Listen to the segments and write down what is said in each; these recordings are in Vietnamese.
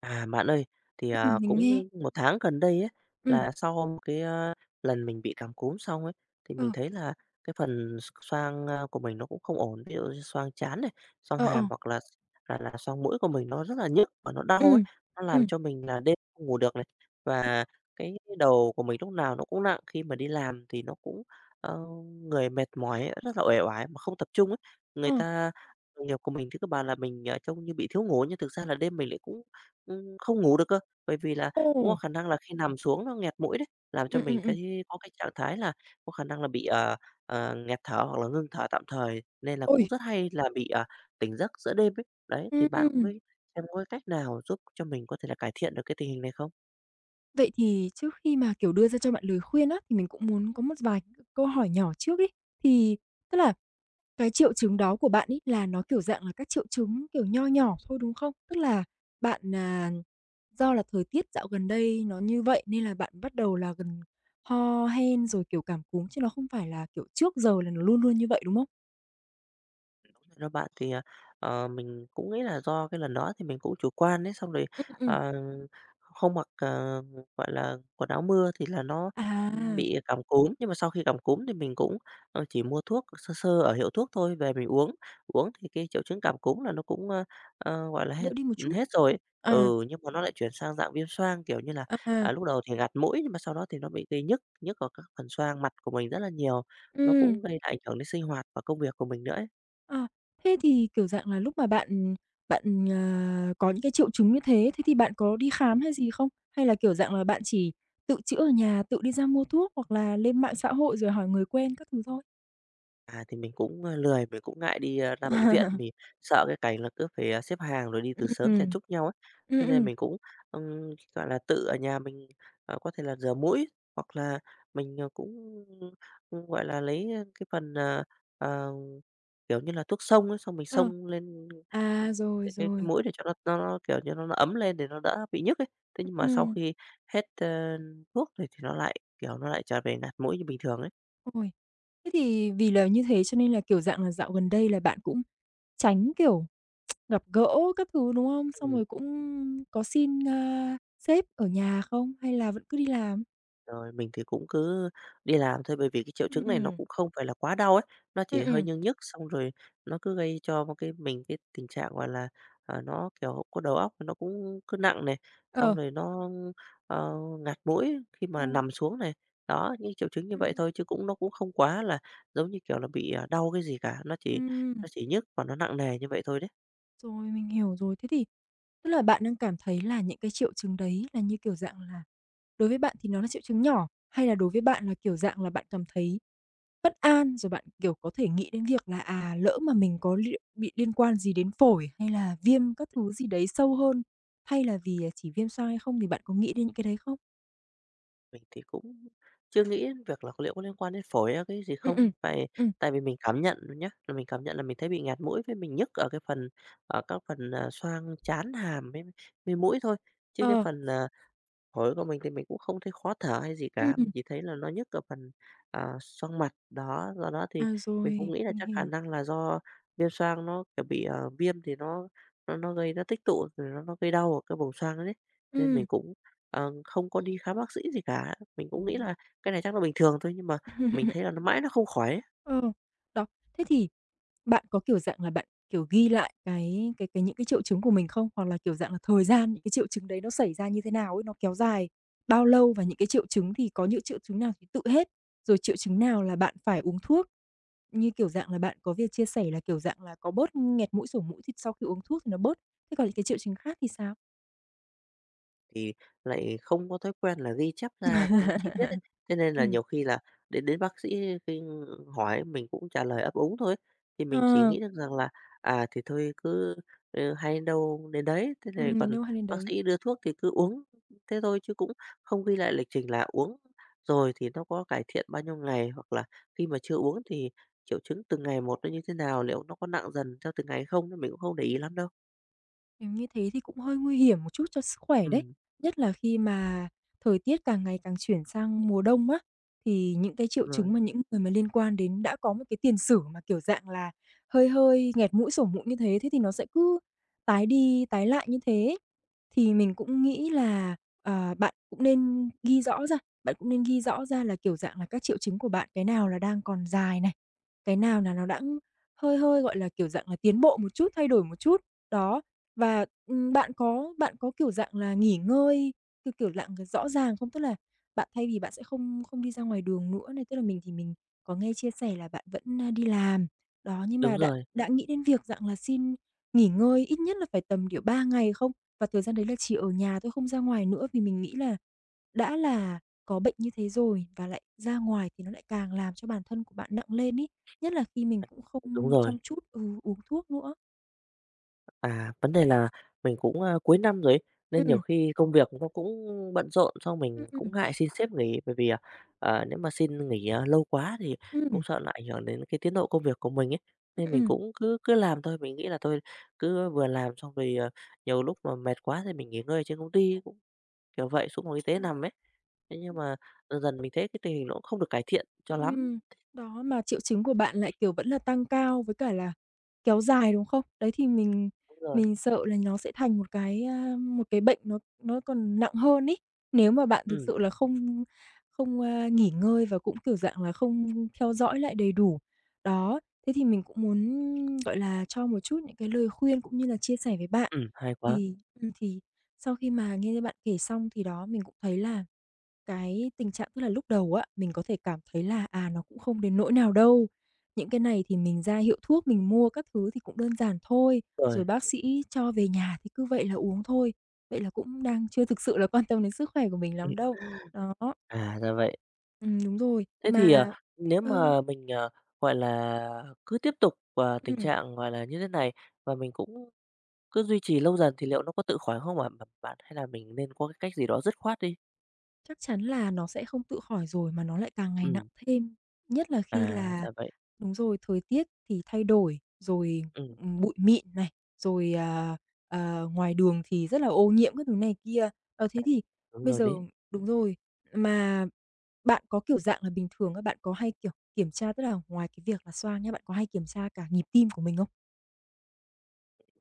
À, bạn ơi, thì, Mình nghe. cũng một tháng gần đây ấy, Ừm, là sau một cái, lần mình bị cảm cúm xong ấy, thì ờ, mình thấy là cái phần xoang, của mình nó cũng không ổn. Ví dụ như xoang trán này, xoang ờ, ờ, hàm hoặc là xoang mũi của mình nó rất là nhức và nó đau ấy, ừm, nó làm ừm, cho mình là đêm không ngủ được này. Và cái đầu của mình lúc nào nó cũng nặng, khi mà đi làm thì nó cũng, ờ, người mệt mỏi ấy, rất là uể oải mà không tập trung ấy. Người ờ, ta đồng nghiệp của mình thì các bạn là mình, trông như bị thiếu ngủ nhưng thực ra là đêm mình lại cũng không ngủ được cơ, bởi vì là cũng có ồ, khả năng là khi nằm xuống nó nghẹt mũi đấy, làm cho mình ừm. cái có cái trạng thái là có khả năng là bị, nghẹt thở hoặc là ngưng thở tạm thời, nên là Ôi, cũng rất hay là bị, tỉnh giấc giữa đêm ấy. Đấy, thì bạn có ừm, cái xem có cái cách nào giúp cho mình có thể là cải thiện được cái tình hình này không? vậy thì trước khi mà, kiểu, đưa ra cho bạn lời khuyên á, thì mình cũng muốn có một vài câu hỏi nhỏ trước ấy. Thì tức là cái triệu chứng đó của bạn ấy là nó, kiểu, dạng là các triệu chứng, kiểu, nho nhỏ thôi, đúng không? Tức là bạn, à, do là thời tiết dạo gần đây nó như vậy nên là bạn bắt đầu là gần ho hen rồi, kiểu, cảm cúm chứ nó không phải là, kiểu, trước giờ là nó luôn luôn như vậy, đúng không? Hello bạn, thì, mình cũng nghĩ là do cái lần đó thì mình cũng chủ quan đấy xong rồi, Ừm, ừm, ờ, không mặc, gọi là, quần áo mưa thì là nó, à. bị cảm cúm. Nhưng mà sau khi cảm cúm thì mình cũng, chỉ mua thuốc sơ sơ ở hiệu thuốc thôi, về mình uống, thì cái triệu chứng cảm cúm là nó cũng, gọi là, hết Đỡ đi một chút. hết rồi ấy. À, Ừ, nhưng mà nó lại chuyển sang dạng viêm xoang, kiểu như là, à, lúc đầu thì ngạt mũi, nhưng mà sau đó thì nó bị gây nhức ở các phần xoang mặt của mình rất là nhiều, nó ừm, cũng gây ảnh hưởng đến sinh hoạt và công việc của mình nữa ấy. à, thế thì, kiểu dạng là, lúc mà bạn bạn, ờ, có những cái triệu chứng như thế, thế thì bạn có đi Ừ. khám hay gì không? Hay là, kiểu dạng là, bạn chỉ tự chữa ở nhà, tự đi ra mua thuốc hoặc là lên mạng xã hội rồi hỏi người quen các thứ thôi? À, thì mình cũng, lười, mình cũng ngại đi, ra bệnh viện, mình sợ cái cảnh là cứ phải, xếp hàng rồi đi À, từ sớm chen ừm, chúc nhau ấy. ừm, Thế nên ừm, mình cũng, ừm, gọi là, tự ở nhà mình, có thể là rửa mũi, hoặc là mình, cũng, gọi là, lấy, cái phần, ờ, kiểu như là, thuốc xông ấy, xong mình ờ. xông lên, ừm, À, rồi, cái rồi, mũi để cho nó, kiểu như, nó ấm lên để nó đỡ bị nhức ấy. Thế nhưng mà sau ừm. khi hết, thuốc thì nó lại, kiểu, nó lại trở về ngạt mũi như bình thường ấy. Ôi, thế thì vì là như thế cho nên là, kiểu dạng là, dạo gần đây là bạn cũng tránh, kiểu, gặp gỡ các thứ, đúng không? Xong Ừm. rồi cũng có xin, sếp ở nhà không hay là vẫn cứ đi làm? Rồi, mình thì cũng cứ đi làm thôi, bởi vì cái triệu chứng này nó Ừm, cũng không phải là quá đau ấy, nó ừ chỉ hơi nhức, xong rồi nó cứ gây cho một cái mình cái tình trạng, gọi là, nó, kiểu, có đầu óc nó cũng cứ nặng này, xong ờ. rồi nó, ờ, ngạt mũi khi mà Ôi, nằm xuống này. Đó, những triệu chứng như vậy ừm, thôi chứ cũng nó cũng không quá là giống như, kiểu là, bị, đau cái gì cả, nó chỉ ừm, nhức và nó nặng nề như vậy thôi đấy. rồi, mình hiểu rồi. Thế thì tức là bạn đang cảm thấy là những cái triệu chứng đấy là như kiểu dạng là đối với bạn thì nó là triệu chứng nhỏ hay là đối với bạn là, kiểu dạng là, bạn cảm thấy bất an, rồi bạn, kiểu, có thể nghĩ đến việc là, lỡ mà mình có liệu bị liên quan gì đến phổi hay là viêm các thứ gì đấy sâu hơn, hay là vì, chỉ viêm xoang hay không thì bạn có nghĩ đến những cái đấy không? Mình thì cũng chưa nghĩ đến việc là liệu có liên quan đến phổi hay cái gì Ừ, không, ừ, tại ừ, tại vì mình cảm nhận nhé là mình cảm nhận là mình thấy bị ngạt mũi với mình nhức ở các phần, xoang trán, hàm với mũi thôi, chứ cái ờ, phần, phổi của mình thì mình cũng không thấy khó thở hay gì ừ, cả, ừ. mình chỉ thấy là nó nhức ở phần, xoang mặt. Đó, do đó thì À, mình rồi, cũng nghĩ là mình chắc khả hiểu. năng là do viêm xoang nó, kiểu, bị, viêm thì nó tích tụ rồi nó gây đau ở cái vùng xoang đấy. Nên Ừ, mình cũng, không có đi khám bác sĩ gì cả. Mình cũng nghĩ rồi. là cái này chắc là bình thường thôi, nhưng mà mình thấy là nó mãi nó không khỏi ấy. Ờ, đó. Thế thì bạn có, kiểu dạng là, bạn, kiểu, ghi lại cái những cái triệu chứng của mình không? Hoặc là, kiểu dạng là, thời gian những cái triệu chứng đấy nó xảy ra như thế nào ấy? Nó kéo dài bao lâu? Và những cái triệu chứng thì có những triệu chứng nào thì tự hết, rồi triệu chứng nào là bạn phải uống thuốc? Như, kiểu dạng là, bạn có việc chia sẻ là, kiểu dạng là, có bớt nghẹt mũi, sổ mũi thì sau khi uống thuốc thì nó bớt. Thế còn những cái triệu chứng khác thì sao? Thì lại không có thói quen là ghi chép ra, chi tiết ấy. Thế nên là Ừm. nhiều khi là đến đến bác sĩ khi hỏi mình cũng trả lời ấp úng thôi. Thì Ờ, mình chỉ nghĩ được rằng là, thì thôi cứ, hay đâu đến đấy, thế này đến còn đâu hay đến bác đấy. sĩ đưa thuốc thì cứ uống thế thôi, chứ cũng không ghi lại lịch trình là uống rồi thì nó có cải thiện bao nhiêu ngày, hoặc là khi mà chưa uống thì triệu chứng từng ngày một nó như thế nào, liệu nó có nặng dần theo từng ngày không, thì mình cũng không để ý lắm đâu. Nếu như thế thì cũng hơi nguy hiểm một chút cho sức khỏe đấy, Ừm, nhất là khi mà thời tiết càng ngày càng chuyển sang mùa đông á, thì những cái đúng triệu chứng rồi. mà những người mà liên quan đến đã có một cái tiền sử mà, kiểu dạng là, hơi hơi nghẹt mũi, sổ mũi như thế, thế thì nó sẽ cứ tái đi tái lại như thế. Thì mình cũng nghĩ là, bạn cũng nên ghi rõ ra, bạn cũng nên ghi rõ ra là, kiểu dạng là, các triệu chứng của bạn cái nào là đang còn dài này, cái nào là nó đã hơi hơi, gọi là, kiểu dạng là, tiến bộ một chút, thay đổi một chút, đó. Và, bạn có, kiểu dạng là, nghỉ ngơi, theo kiểu dạng rõ ràng không? Tức là bạn thay vì bạn sẽ không không đi ra ngoài đường nữa này, tức là mình thì mình có nghe chia sẻ là bạn vẫn, đi làm. Đó, nhưng Đúng mà đã rồi, đã nghĩ đến việc dạng là xin nghỉ ngơi ít nhất là phải tầm, kiểu, 3 ngày không? Và thời gian đấy là chỉ ở nhà thôi, không ra ngoài nữa vì mình nghĩ là đã là có bệnh như thế rồi và lại ra ngoài thì nó lại càng làm cho bản thân của bạn nặng lên ấy, nhất là khi mình cũng đúng không rồi. chăm chút uống thuốc nữa. À, vấn đề là mình cũng, cuối năm rồi ấy, nên nhiều Ừm, khi công việc nó cũng bận rộn, xong mình ừm, cũng ừm, ngại xin sếp nghỉ, bởi vì, nếu mà xin nghỉ, lâu quá thì cũng ừm. sợ nó ảnh hưởng đến cái tiến độ công việc của mình ấy. Nên Ừm, mình ừm. cũng cứ cứ làm thôi, mình nghĩ là thôi cứ vừa làm xong rồi, nhiều lúc mà mệt quá thì mình nghỉ ngơi trên công ty, cũng kiểu vậy, xuống phòng y tế Ừm, nằm ấy. Thế nhưng mà dần dần mình thấy cái tình hình nó cũng không được cải thiện cho lắm. đó, mà triệu chứng của bạn lại, kiểu, vẫn là tăng cao với cả là kéo dài, đúng không? Đấy, thì mình Đúng rồi. mình sợ là nó sẽ thành một cái, một cái bệnh nó còn nặng hơn ấy, nếu mà bạn thực Ừm, sự là không không, a, nghỉ ngơi và cũng, kiểu dạng là, không theo dõi lại đầy đủ. Đó, thế thì mình cũng muốn, gọi là, cho một chút những cái lời khuyên cũng như là chia sẻ với bạn. Hay quá. Thì sau khi mà nghe bạn kể xong thì đó, mình cũng thấy là cái tình trạng tức là lúc đầu á, mình có thể cảm thấy là, nó cũng không đến nỗi nào đâu. Những cái này thì mình ra hiệu thuốc mình mua các thứ thì cũng đơn giản thôi, Rồi. rồi bác sĩ cho về nhà thì cứ vậy là uống thôi. Vậy là cũng đang chưa thực sự là quan tâm đến sức khỏe của mình Ừm, lắm đâu. Đó, à, ra vậy. Đúng rồi. Thế thì, Mà nếu ơi mà mình, gọi là, cứ tiếp tục, tình ừm. trạng, gọi là, như thế này và mình cũng cứ duy trì lâu dần thì liệu nó có tự khỏi không ạ? Bạn? Hay là mình nên có cái cách gì đó dứt khoát đi? Chắc chắn là nó sẽ không tự khỏi rồi, mà nó lại càng ngày nặng Ừm, thêm, nhất là à, khi là ra vậy. đúng rồi, thời tiết thì thay đổi, rồi, Ừm, bụi mịn này, rồi, ngoài đường thì rất là ô nhiễm các thứ này kia. Ờ, thế thì đúng bây rồi giờ đấy. đúng rồi, mà bạn có, kiểu, dạng là bình thường các bạn có hay, kiểu, kiểm tra tức là ngoài cái việc là xoang nhá, bạn có hay kiểm tra cả nhịp tim của mình không?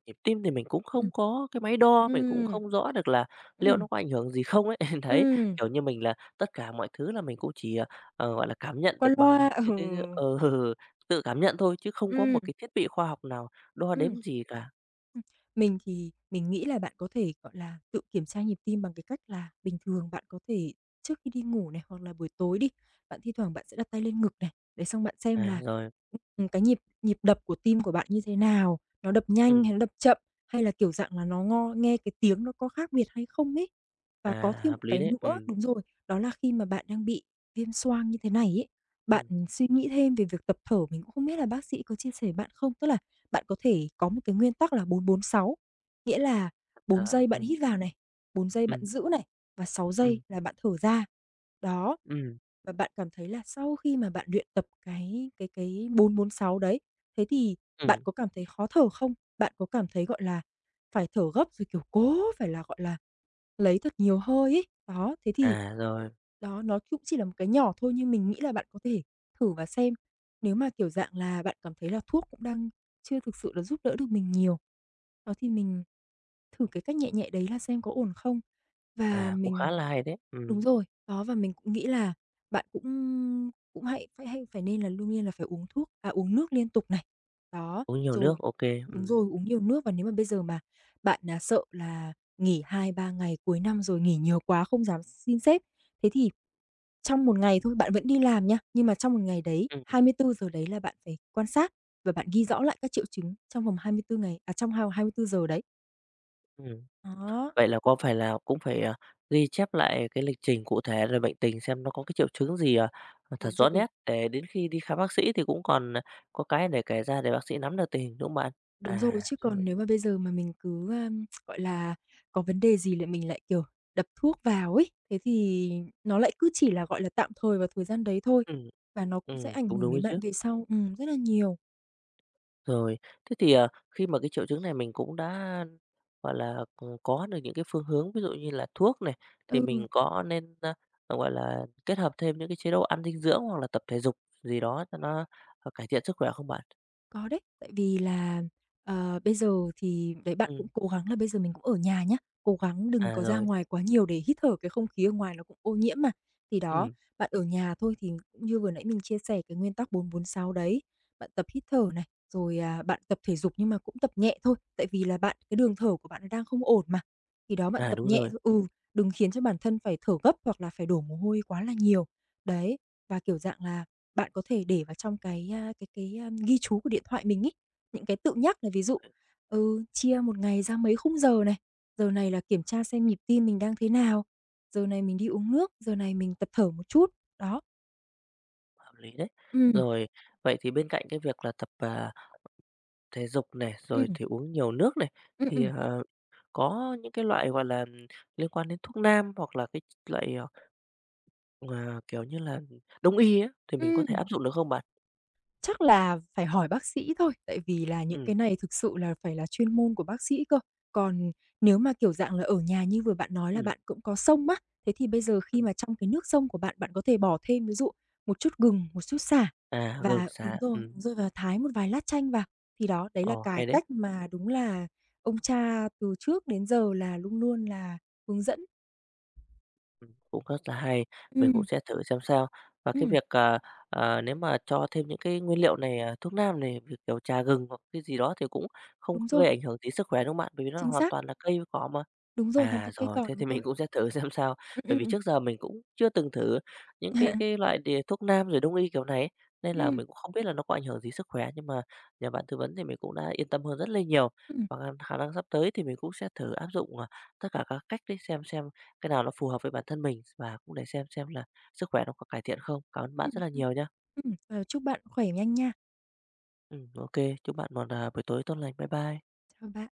Nhịp tim thì mình cũng Ừm, không có cái máy đo, mình cũng ừm, không rõ được là liệu ừm, nó có ảnh hưởng gì không ấy. Đấy, ừm, kiểu như mình là tất cả mọi thứ là mình cũng chỉ, gọi là, cảm nhận qua được bằng loa, bằng cái ừ, cái tự cảm nhận thôi chứ không có một ừm, cái thiết bị khoa học nào đo đếm ừm. gì cả. Ừm, mình thì mình nghĩ là bạn có thể, gọi là, tự kiểm tra nhịp tim bằng cái cách là bình thường bạn có thể trước khi đi ngủ này, hoặc là buổi tối đi, bạn thi thoảng bạn sẽ đặt tay lên ngực này, để xong bạn xem À, là, rồi. Cái nhịp nhịp đập của tim của bạn như thế nào, nó đập nhanh Ừm, hay nó đập chậm, hay là, kiểu dạng là, nó ngo nghe cái tiếng nó có khác biệt hay không ấy. Và có à, thêm một hợp lý cái đấy. nữa Ừm, đúng rồi, đó là khi mà bạn đang bị viêm xoang như thế này ấy, bạn ừm, suy nghĩ thêm về việc tập thở, mình cũng không biết là bác sĩ có chia sẻ bạn không? Tức là bạn có thể có một cái nguyên tắc là bốn bốn sáu, nghĩa là tập 4 thở. giây bạn Ừm, hít vào này, 4 giây bạn ừm, giữ này, và 6 giây ừm, là bạn thở ra. Đó, ừm, và bạn cảm thấy là sau khi mà bạn luyện tập cái bốn bốn sáu đấy, thế thì bạn ừm. có cảm thấy khó thở không? Bạn có cảm thấy, gọi là, phải thở gấp rồi, kiểu, cố phải là, gọi là, lấy thật nhiều hơi ấy. Đó, thế thì À, rồi. đó, nó cũng chỉ là một cái nhỏ thôi nhưng mình nghĩ là bạn có thể thử và xem. Nếu mà, kiểu dạng là, bạn cảm thấy là thuốc cũng đang chưa thực sự là giúp đỡ được mình nhiều, đó thì mình thử cái cách nhẹ nhẹ đấy là xem có ổn không. Và À, cũng khá mình là hay đấy. đúng Ừm, rồi, đó, và mình cũng nghĩ là bạn cũng cũng hãy phải hay phải nên là luôn nhiên là phải uống thuốc à, uống nước liên tục này. Đó, uống nhiều nước, rồi ô kê. đúng Ừm, rồi, uống nhiều nước và nếu mà bây giờ mà bạn, là sợ là nghỉ hai ba ngày cuối năm rồi nghỉ nhiều quá không dám xin sếp, thế thì trong một ngày thôi, bạn vẫn đi làm nha, nhưng mà trong một ngày đấy, ừm, 24 giờ đấy là bạn phải quan sát và bạn ghi rõ lại các triệu chứng trong vòng 24 ngày à, trong hai hai mươi 24 giờ đấy. ừm. Đó, Vậy là có phải là cũng phải, ghi chép lại cái lịch trình cụ thể rồi bệnh tình xem nó có cái triệu chứng gì, thật đúng rõ rồi, nét để đến khi đi khám bác sĩ thì cũng còn, có cái để kể ra để bác sĩ nắm được tình hình, đúng không bạn? đúng À, rồi, chứ còn rồi. nếu mà bây giờ mà mình cứ, gọi là, có vấn đề gì lại mình lại, kiểu, đập thuốc vào ấy, thế thì nó lại cứ chỉ là, gọi là, tạm thời vào thời gian đấy thôi, Ừm, và nó cũng sẽ ảnh cũng hưởng đúng ấy đến chứ. bạn về sau, rất là nhiều. Rồi, thế thì, khi mà cái triệu chứng này mình cũng đã, gọi là, có được những cái phương hướng, ví dụ như là thuốc này, thì Ừ. mình có nên, gọi là, kết hợp thêm những cái chế độ ăn dinh dưỡng hoặc là tập thể dục gì đó cho nó, cải thiện sức khỏe không bạn? Có đấy, tại vì là, ờ, bây giờ thì đấy, bạn Ừm, cũng cố gắng là bây giờ mình cũng ở nhà nhá, cố gắng đừng à, có ra rồi. ngoài quá nhiều để hít thở cái không khí ở ngoài nó cũng ô nhiễm mà. Thì đó, Ừm, bạn ở nhà thôi thì cũng như vừa nãy mình chia sẻ cái nguyên tắc bốn bốn sáu đấy, bạn tập hít thở này, rồi, bạn tập thể dục nhưng mà cũng tập nhẹ thôi, tại vì là bạn cái đường thở của bạn nó đang không ổn mà. Thì đó, bạn à, tập đúng nhẹ rồi, thôi, đừng khiến cho bản thân phải thở gấp hoặc là phải đổ mồ hôi quá là nhiều. Đấy, và, kiểu dạng là bạn có thể để vào trong cái, a, cái cái, a, ghi chú của điện thoại mình ấy, những cái tự nhắc là ví dụ, chia một ngày ra mấy khung giờ này là kiểm tra xem nhịp tim mình đang thế nào, giờ này mình đi uống nước, giờ này mình tập thở một chút. Đó. hợp lý đấy. Ừm, Rồi, vậy thì bên cạnh cái việc là tập, thể dục này, rồi ừm, thì uống nhiều nước này, ừm, thì, ừm, có những cái loại, gọi là, liên quan đến thuốc nam hoặc là cái loại, Ờ, kiểu như là, đông y á, thì mình có thể ừm. áp dụng được không bạn? Chắc là phải hỏi bác sĩ thôi, tại vì là những Ừm, cái này thực sự là phải là chuyên môn của bác sĩ cơ. Còn nếu mà, kiểu dạng là, ở nhà như vừa bạn nói là ừm, bạn cũng có xông á, thế thì bây giờ khi ừm. mà trong cái nước xông của bạn, bạn có thể bỏ thêm ví dụ một chút gừng, một chút sả À, gừng, và sả. Ừm, đúng rồi, và thái một vài lát chanh vào. Thì đó, đấy là ồ, cái hay đấy. cách mà đúng là ông cha từ trước đến giờ là luôn luôn là hướng dẫn. Ừm, cũng rất là hay, mình cũng Ừm, sẽ thử xem sao. Và cái ừm, việc, nếu mà cho thêm những cái nguyên liệu này, thuốc nam này, việc kiểu trà gừng hoặc cái gì đó thì cũng không đúng rồi, gây ảnh hưởng gì sức khỏe, đúng không bạn? Bởi vì nó chính hoàn xác, toàn là cây với cỏ mà. đúng rồi, hoàn À, toàn cây rồi, cỏ, thế đúng thì rồi. mình cũng sẽ thử xem sao. Ừm, Bởi ừm, vì ừm. trước giờ mình cũng chưa từng thử những cái loại thuốc nam rồi đông y kiểu này ấy, nên là Ừm, mình cũng không biết là nó có ảnh hưởng gì sức khỏe, nhưng mà nhờ bạn tư vấn thì mình cũng đã yên tâm hơn rất là nhiều. ừm, Và khả khả năng sắp tới thì mình cũng sẽ thử áp dụng, tất cả các cách đấy, xem cái nào nó phù hợp với bản thân mình và cũng để xem là sức khỏe nó có cải thiện không. Cảm ơn bạn rất ừm. là nhiều nhá. Và chúc bạn khỏe nhanh nha. Ô chúc bạn một, buổi tối tốt lành. Bye bye. Chào bạn.